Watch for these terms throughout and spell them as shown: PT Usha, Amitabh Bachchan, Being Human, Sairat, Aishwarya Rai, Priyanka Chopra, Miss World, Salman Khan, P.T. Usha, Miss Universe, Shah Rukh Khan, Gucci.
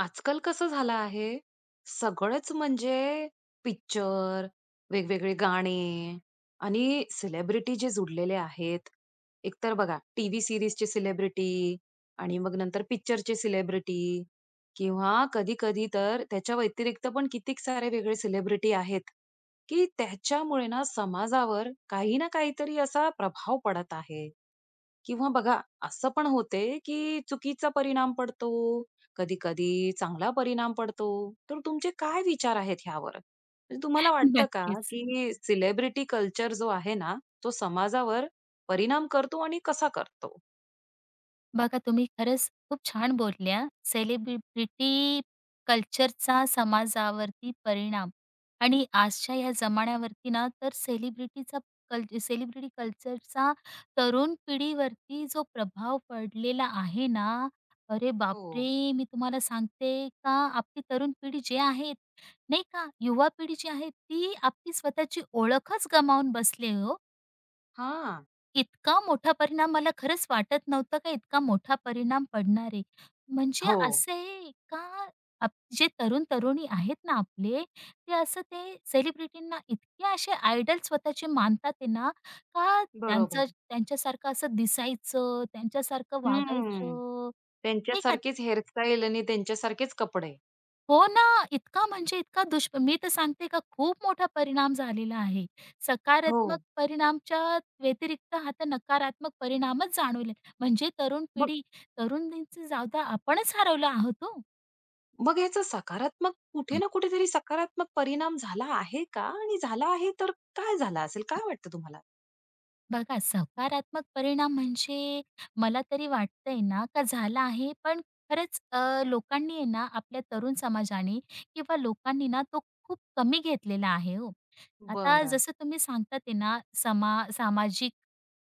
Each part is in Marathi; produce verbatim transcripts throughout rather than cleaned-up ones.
आजकाल कसं झालं आहे, सगळंच म्हणजे पिक्चर, वेगवेगळे गाणे आणि सेलिब्रिटी जे जुडलेले आहेत. एकतर बघा टीव्ही सीरीजचे सेलिब्रिटी आणि मग नंतर पिक्चरचे सेलिब्रिटी किंवा कधी-कधी तर त्याच्या व्यतिरिक्त पण कितीक सारे वेगळे सेलिब्रिटी आहेत, की त्याच्यामुळे ना समाजावर काही ना काहीतरी असा प्रभाव पडत आहे. किंवा बघा असं पण होते, की चुकीचा परिणाम पडतो, कधी-कधी चांगला परिणाम पडतो. तर तुमचे काय विचार आहेत ह्यावर? म्हणजे तुम्हाला वाटतं का, नक्कीच. की सेलिब्रिटी कल्चर जो आहे ना, तो समाजावर परिणाम करतो आणि कसा करतो? बघा तुम्ही खरंच खूप छान बोलल्या. सेलिब्रिटी कल्चरचा समाजावरती परिणाम आणि आजच्या ह्या जमान्यावरती ना, तर सेलिब्रिटीचा कल सेलिब्रिटी कल्चरचा तरुण पिढीवरती जो प्रभाव पडलेला आहे ना, अरे हो. बापरे! मी तुम्हाला सांगते का आपली तरुण पिढी जे आहे, नाही का, युवा पिढी जी आहे, ती आपली स्वतःची ओळखच गमावून बसली हो. हां. इतका मोठा परिणाम मला खरंच वाटत नव्हतं का इतका मोठा परिणाम पडणार आहे. म्हणजे हो, असे का आप जे तरुण-तरुणी आहेत ना आपले, ते असं ते सेलिब्रिटींना इतके असे आयडॉल स्वतःचे मानतात आहे ना, का बरोबर. त्यांचं त्यांच्यासारखं असं दिसायचं, त्यांच्यासारखं हं. वागायचं, नाही का? त्यांच्यासारखीच हेअरस्टाईल आणि त्यांच्यासारखेच कपडे. हो ना, इतका म्हणजे इतका दुष मी तर सांगते का खूप मोठा परिणाम झालेला आहे. हो. सकारात्मक परिणामच्या व्यतिरिक्त आता नकारात्मक परिणामच जाणवले. म्हणजे तरुण मग पिढी, तरुणींचं जाऊ द्या, आपणच हरवलो आहोत हो. मग ह्याचा सकारात्मक कुठे ना कुठेतरी सकारात्मक परिणाम झाला आहे का? आणि झाला आहे तर काय झाला असेल? काय वाटतं तुम्हाला? बघा, सकारात्मक परिणाम म्हणजे मला तरी वाटतंय ना, का झाला आहे. पण खरंच अ, लोकांनी आहे ना, आपल्या तरुण समाजाने किंवा लोकांनी ना, तो खूप कमी घेतलेला आहे हो. आता बरं. जसं तुम्ही सांगतात आहे ना, समा सामाजिक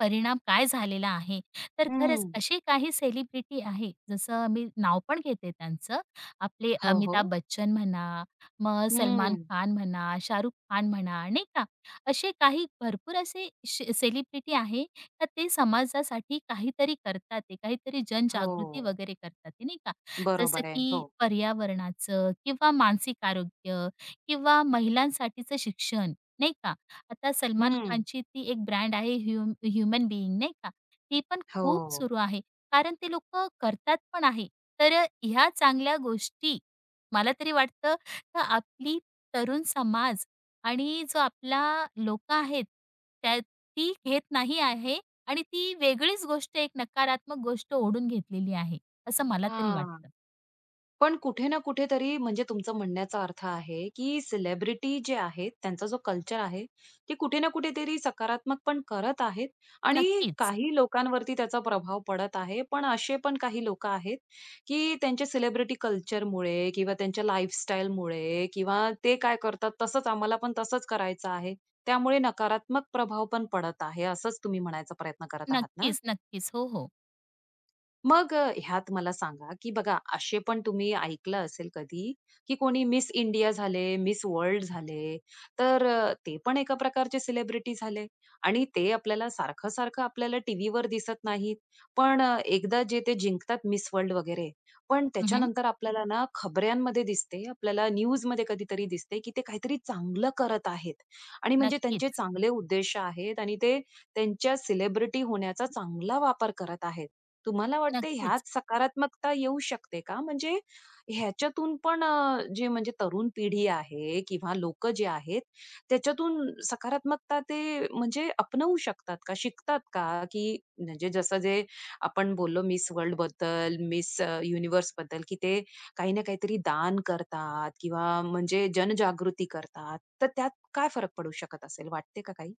परिणाम काय झालेला आहे. तर खरंच हं. असे काही सेलिब्रिटी आहे, जसं मी नाव पण घेते त्यांचं. आपले हो, हो. अमिताभ बच्चन म्हणा, मग सलमान हं. खान म्हणा, शाहरुख खान म्हणा, नाही का? असे काही भरपूर असे शे सेलिब्रिटी आहे का ते समाजासाठी काहीतरी करतात ते, काहीतरी जनजागृती हो. वगैरे करतात ते, नाही का. जसं बरोबर आहे. की हो. पर्यावरणाचं किंवा मानसिक आरोग्य किंवा महिलांसाठीचं शिक्षण, नाही का. आता सलमान हं. खानची ती एक ब्रँड आहे ह्युम ह्युमन बीइंग नाही का. ती पण खूप हो. सुरू आहे. कारण ते लोकं करतात पण आहे. तर ह्या चांगल्या गोष्टी मला तरी वाटतं का आपली तरुण समाज आणि जो आपला लोकं आहेत, त्या ती घेत नाही आहे आणि ती वेगळीच गोष्ट एक नकारात्मक गोष्ट ओढून घेतलेली आहे, असं मला तरी हां. वाटतं. पण कुठे ना कुठेतरी म्हणजे तुमचं म्हणण्याचा अर्थ आहे, की सेलिब्रिटी जे आहेत, त्यांचा जो कल्चर आहे, ते कुठे ना कुठेतरी सकारात्मक पण करत आहेत आणि नक्कीच, काही लोकांवरती त्याचा प्रभाव पडत आहे. पण असे पण काही लोकं आहेत, की त्यांच्या सेलिब्रिटी कल्चरमुळे किंवा त्यांच्या लाईफस्टाईलमुळे किंवा ते काय करतात तसंच आम्हाला पण तसंच करायचं आहे. त्यामुळे नकारात्मक प्रभाव पण पडत आहे, असंच तुम्ही म्हणायचा प्रयत्न करत आहात ना? नक्कीच, नक्कीच. हो, हो. मग अ, ह्यात मला सांगा, की बघा असे पण तुम्ही ऐकलं असेल कधी, की कोणी मिस इंडिया झाले, मिस वर्ल्ड झाले, तर अ, ते पण एका प्रकारचे सेलिब्रिटी झाले आणि ते आपल्याला सारखं-सारखं आपल्याला टीव्हीवर दिसत नाहीत. पण अ, एकदा जे ते जिंकतात मिस वर्ल्ड वगैरे, पण हं, हं. त्याच्यानंतर आपल्याला ना खबऱ्यांमध्ये दिसते, आपल्याला न्यूजमध्ये कधीतरी दिसते, की ते काहीतरी चांगलं करत आहेत आणि म्हणजे त्यांचे नक्कीच, चांगले उद्देश आहेत आणि ते त्यांच्या सेलिब्रिटी होण्याचा चांगला वापर करत आहेत. तुम्हाला वाटते नक्कीच. ह्यात सकारात्मकता येऊ शकते का? म्हणजे ह्याच्यातून पण अ, जे म्हणजे तरुण पिढी आहे किंवा लोकं जे आहेत, त्याच्यातून सकारात्मकता ते म्हणजे अपनवू शकतात का? शिकतात का? की म्हणजे जसं जे आपण बोललो मिस वर्ल्डबद्दल, मिस अ, युनिव्हर्सबद्दल, की ते काही ना काहीतरी दान करतात किंवा म्हणजे जनजागृती करतात. तर त्यात काय फरक पडू शकत असेल? वाटते का काही?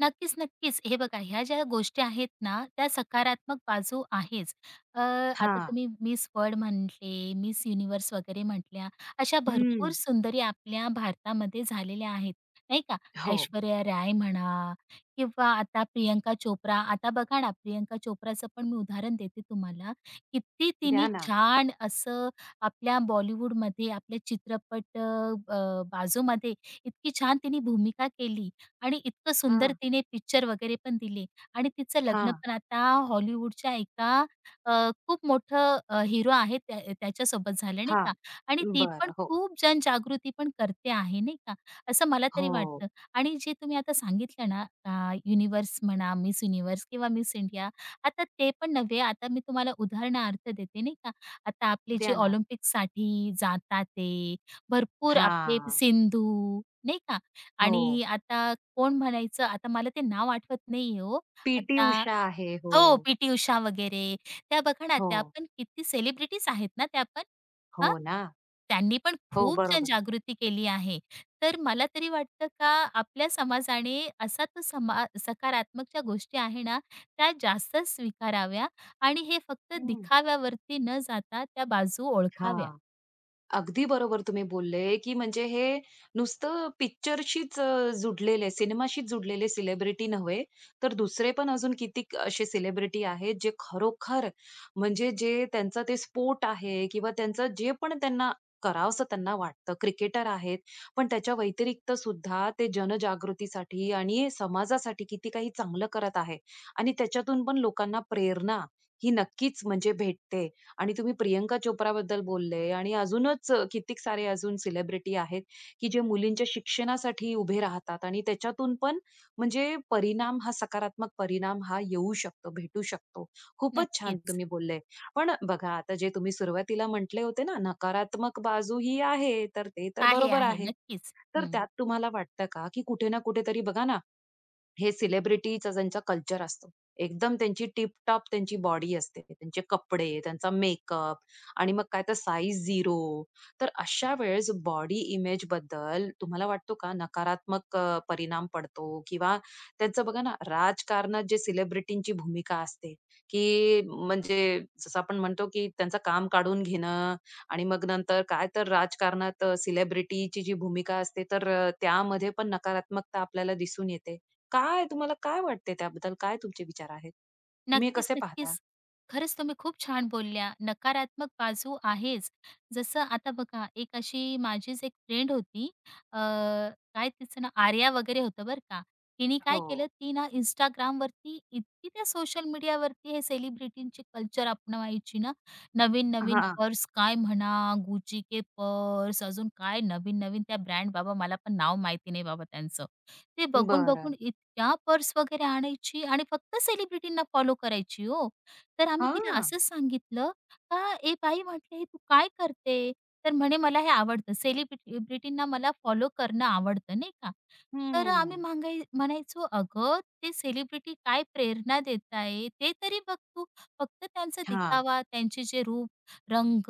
नक्कीच, नक्कीच. हे बघा ह्या ज्या गोष्टी आहेत ना, त्या सकारात्मक बाजू आहेच. अ, आता हां. तुम्ही मिस वर्ल्ड म्हटले, मिस युनिव्हर्स वगैरे म्हटल्या, अशा भरपूर हं. सुंदरी आपल्या भारतामध्ये झालेल्या आहेत, नाही का? हो. ऐश्वर्या राय म्हणा किंवा आता प्रियंका चोप्रा. आता बघा ना, प्रियंका चोप्राचं पण मी उदाहरण देते तुम्हाला. किती तिने द्या ना. छान असं आपल्या बॉलिवूडमध्ये, आपल्या चित्रपट अ, बाजूमध्ये इतकी छान तिने भूमिका केली. आणि इतकं सुंदर हां, तिने पिक्चर वगैरे पण दिले आणि तिचं लग्न हां. पण आता हॉलिवूडच्या एका अ, खूप मोठं हिरो आहे त्या त्याच्यासोबत झालं नाही हां. का आणि ती पण बर, हो. खूप जनजागृती पण करते आहे नाही का, असं मला तरी हो. वाटतं. आणि जे तुम्ही आता सांगितलं ना अ, युनिव्हर्स म्हणा, मिस युनिव्हर्स किंवा मिस इंडिया, आता ते पण नव्हे, आता मी तुम्हाला उदाहरणार्थ देते नाही का. आता आपले जे द्या ना. ऑलिम्पिकसाठी जातात ते, भरपूर आपले हां. सिंधू नाही का, आणि हो. आता कोण म्हणायचं, आता मला ते नाव आठवत नाहीये हो. पीटी टी आता उषा आहे. हो. हो, पी-टी उषा वगैरे. त्या बघा ना, हो. त्या पण किती सेलिब्रिटीज आहेत ना त्या पण. हां, हो ना. त्यांनी पण हो, खूप बरोबर. जनजागृती केली आहे. तर मला तरी वाटतं का आपल्या समाजाने असा तो समा सकारात्मक ज्या गोष्टी आहे ना, त्या जास्त स्वीकाराव्या आणि हे फक्त हं. दिखाव्यावरती न जाता त्या बाजू ओळखाव्या. हां. अगदी बरोबर तुम्ही बोलले, की म्हणजे हे नुसतं पिक्चरशीच अ, जुडलेले, सिनेमाशीच जुडलेले सेलिब्रिटी नव्हे, तर दुसरे पण अजून कितीक असे सेलिब्रिटी आहेत, जे खरोखर म्हणजे जे त्यांचा ते स्पोर्ट आहे किंवा त्यांचं जे पण त्यांना करावसं त्यांना वाटतं. क्रिकेटर आहेत, पण त्याच्या व्यतिरिक्त सुद्धा ते जनजागृतीसाठी आणि समाजासाठी किती काही चांगलं करत आहे आणि त्याच्यातून पण लोकांना प्रेरणा ही नक्कीच म्हणजे भेटते. आणि तुम्ही प्रियंका चोप्राबद्दल बोलले आणि अजूनच अ, कित्येक सारे अजून सेलिब्रिटी आहेत, की जे मुलींच्या शिक्षणासाठी उभे राहतात आणि त्याच्यातून पण म्हणजे परिणाम हा सकारात्मक परिणाम हा येऊ शकतो, भेटू शकतो. खूपच छान नक्कीच. तुम्ही बोलले. पण बघा आता जे तुम्ही सुरुवातीला म्हटले होते ना, नकारात्मक बाजू ही आहे, तर ते तर आहे, बरोबर आहे. आहे. नक्कीच. तर हं. त्यात तुम्हाला वाटतं का, की कुठे ना कुठेतरी बघा ना, हे सेलिब्रिटीचा त्यांचा कल्चर असतो. एकदम त्यांची टिप-टॉप त्यांची बॉडी असते. त्यांचे कपडे, त्यांचा मेकअप आणि मग काय तर साइझ झीरो. तर अशा वेळेस बॉडी इमेजबद्दल तुम्हाला वाटतो का नकारात्मक अ, परिणाम पडतो? किंवा त्यांचं बघा ना राजकारणात जे सेलिब्रिटींची भूमिका असते, की म्हणजे जसं आपण म्हणतो, की त्यांचं काम काढून घेणं आणि मग नंतर काय तर राजकारणात सेलिब्रिटीची जी भूमिका असते, तर अ, त्यामध्ये पण नकारात्मकता आपल्याला दिसून येते. काय तुम्हाला काय वाटते त्याबद्दल? काय तुमचे विचार आहेत? तुम्ही हे नक्कीच, कसे पाहता? नक्कीच. खरंच तुम्ही खूप छान बोलल्या. नकारात्मक बाजू आहेच. जसं आता बघा, एक अशी माझीच एक फ्रेंड होती. अ, काय तिचं नाव आर्या वगैरे होतं बरं का. तिने काय हो. केलं, ती ना Instagramवरती इतकी त्या सोशल मीडियावरती हे सेलिब्रिटींचे कल्चर अपनवायची ना. हां. नवीन-नवीन हां, पर्स काय म्हणा, Gucci के पर्स, अजून काय नवीन-नवीन त्या ब्रँड बाबा मला पण नाव माहिती नाही बाबा त्यांचं. ते बघून-बघून बरं. त्या पर्स वगैरे आणायची आणि फक्त सेलिब्रिटींना फॉलो करायची हो. तर आम्ही तिला हां. असंच सांगितलं का "ए बाई," म्हटलं, "हे तू काय करते?" तर म्हणे, "मला हे आवडतं. सेलिब्रिटींना मला फॉलो करणं आवडतं," नाही का. तर आम्ही हं. मांगाय म्हणायचो, "अगं, ते सेलिब्रिटी काय प्रेरणा देत आहे, ते तरी बघ तू. फक्त त्यांचा हां. दिखावा, त्यांचे जे रूप, रंग,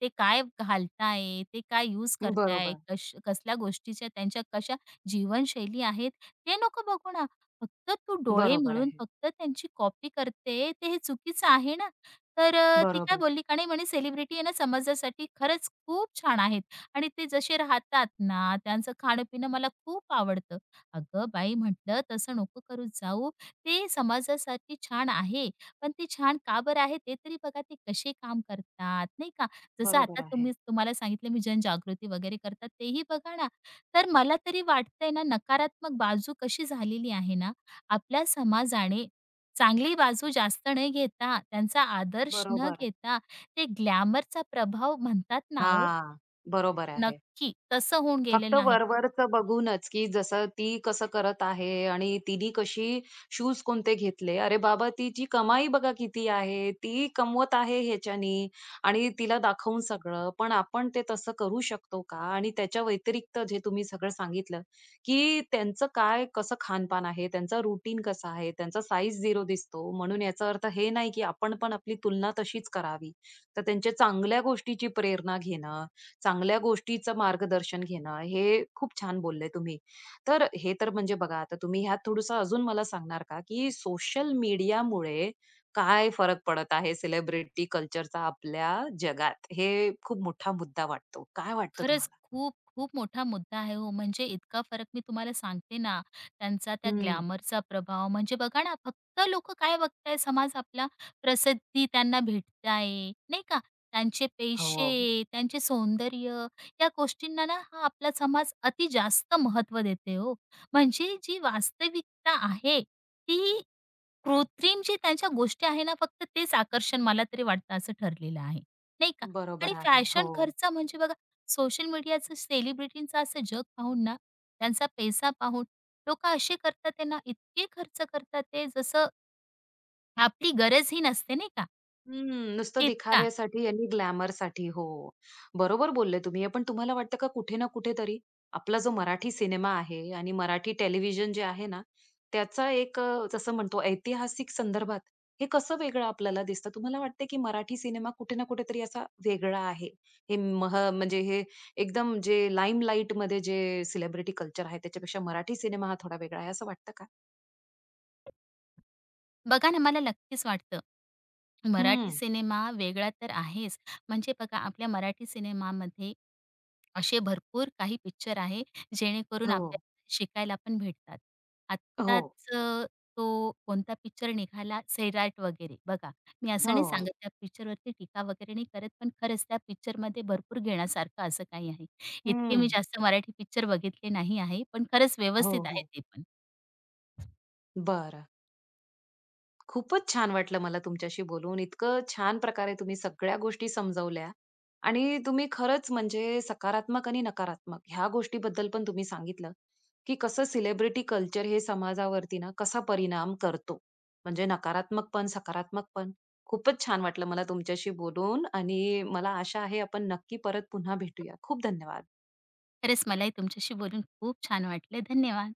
ते काय घालताय, ते काय यूज करताय, बरोबर. कश कसल्या गोष्टीच्या त्यांच्या कशा जीवनशैली आहेत, ते नको बघून फक्त तू डोळे बरोबर मिळून आहे. फक्त त्यांची कॉपी करते, ते हे चुकीचं आहे ना. तर अ, ती काय बरोबर. बोलली का नाही म्हणे सेलिब्रिटी आहे ना समाजासाठी खरंच खूप छान आहेत आणि ते जसे राहतात ना, त्यांचं खाणं-पिणं मला खूप आवडतं. अगं बाई म्हटलं, "तसं नको करू जाऊ. ते समाजासाठी छान आहे, पण ते छान का बरं आहे ते तरी बघा ते कसे काम करतात, नाही का? जसं आता बरोबर आहे. तुम्ही तुम्हाला सांगितलं मी जनजागृती वगैरे करतात तेही बघा ना." तर मला तरी वाटतंय ना, नकारात्मक बाजू कशी झालेली आहे ना आपल्या समाजाने चांगली बाजू जास्त न घेता, त्यांचा आदर्श न बरोबर. घेता, ते ग्लॅमरचा प्रभाव म्हणतात ना हो, हां. बरोबर आहे. नक्की तसं होऊन फक्त गेलेलं आहे. वरवरचं बघूनच, की जसं ती कसं करत आहे आणि तिने कशी शूज कोणते घेतले. अरे बाबा, तिची कमाई बघा किती आहे. ती कमवत आहे ह्याच्यानी आणि तिला दाखवून सगळं. पण आपण ते तसं करू शकतो का? आणि त्याच्या व्यतिरिक्त जे तुम्ही सगळं सांगितलं, की त्यांचं काय कसं खानपान आहे, त्यांचा रुटीन कसा आहे, त्यांचा साइझ झीरो दिसतो. म्हणून याचा अर्थ हे नाही, की आपण पण आपली तुलना तशीच करावी. तर त्यांच्या चांगल्या गोष्टीची प्रेरणा घेणं चांगल्या गोष्टीचं मार्गदर्शन घेणं, हे खूप छान बोलले तुम्ही. तर हे तर म्हणजे बघा आता तुम्ही ह्यात थोडंसं अजून मला सांगणार का, की सोशल मीडियामुळे काय फरक पडत आहे सेलिब्रिटी कल्चरचा आपल्या जगात? हे खूप मोठा मुद्दा वाटतो. काय वाटतं खरंच तुम्हाला? खूप खूप मोठा मुद्दा आहे हो. म्हणजे इतका फरक मी तुम्हाला सांगते ना, त्यांचा त्या हं. ग्लॅमरचा प्रभाव म्हणजे बघा ना, फक्त लोकं काय बघताय समाज आपला प्रसिद्धी त्यांना भेटत आहे, नाही का? त्यांचे हो, पैसे, त्यांचे सौंदर्य या गोष्टींना ना हा आपला समाज अति जास्त महत्त्व देते हो. म्हणजे जी वास्तविकता आहे ती कृत्रिम जे त्यांच्या गोष्टी आहे ना, फक्त तेच आकर्षण मला तरी वाटतं असं ठरलेलं आहे, नाही का? आणि बरोबर आहे. फॅशन हो. खर्च म्हणजे बघा सोशल मीडियाचं सेलिब्रिटींचं असं जग पाहून ना, त्यांचा पैसा पाहून लोकं असे करतात आहे ना, इतके खर्च करतात ते जसं आपली गरजही नसते, नाही का? हम्म, नुसतं तितका. दिखाव्यासाठी आणि ग्लॅमरसाठी. हो. बरोबर बोलले तुम्ही हे. पण तुम्हाला वाटतं का कुठे ना कुठेतरी आपला जो मराठी सिनेमा आहे आणि मराठी टेलिव्हिजन जे आहे ना, त्याचा एक अ, जसं म्हणतो ऐतिहासिक संदर्भात हे कसं वेगळं आपल्याला दिसतं? तुम्हाला वाटतं की मराठी सिनेमा कुठे ना कुठेतरी असा वेगळा आहे? हे मह म्हणजे हे एकदम जे लाईमलाईटमध्ये जे सेलिब्रिटी कल्चर आहे त्याच्यापेक्षा मराठी सिनेमा हा थोडा वेगळा आहे असं वाटतं का? बघा ना, मला नक्कीच वाटतं, मराठी हं. सिनेमा वेगळा तर आहेच. म्हणजे बघा आपल्या मराठी सिनेमामध्ये असे भरपूर काही पिक्चर आहे, जेणेकरून हो. आपल्याला शिकायला पण भेटतात. हो. आत्ताच अ, तो कोणता पिक्चर निघाला सैराट वगैरे. बघा, मी असं नाही हो. सांगत त्या पिक्चरवरती टीका वगैरे नाही करत, पण खरंच त्या पिक्चरमध्ये भरपूर घेण्यासारखं असं काही आहे. इतके मी हं. जास्त मराठी पिक्चर बघितले नाही आहे, पण खरंच हो, व्यवस्थित आहे हो. ते पण. बरं. खूपच छान वाटलं मला तुमच्याशी बोलून. इतकं छान प्रकारे तुम्ही सगळ्या गोष्टी समजवल्या आणि तुम्ही खरंच म्हणजे सकारात्मक आणि नकारात्मक ह्या गोष्टीबद्दल पण तुम्ही सांगितलं, की कसं सेलिब्रिटी कल्चर हे समाजावरती ना कसा परिणाम करतो. म्हणजे नकारात्मक पण, सकारात्मक पण. खूपच छान वाटलं मला तुमच्याशी बोलून आणि मला आशा आहे आपण नक्की परत पुन्हा भेटूया. खूप धन्यवाद. खरंच मलाही तुमच्याशी बोलून खूप छान वाटले. धन्यवाद.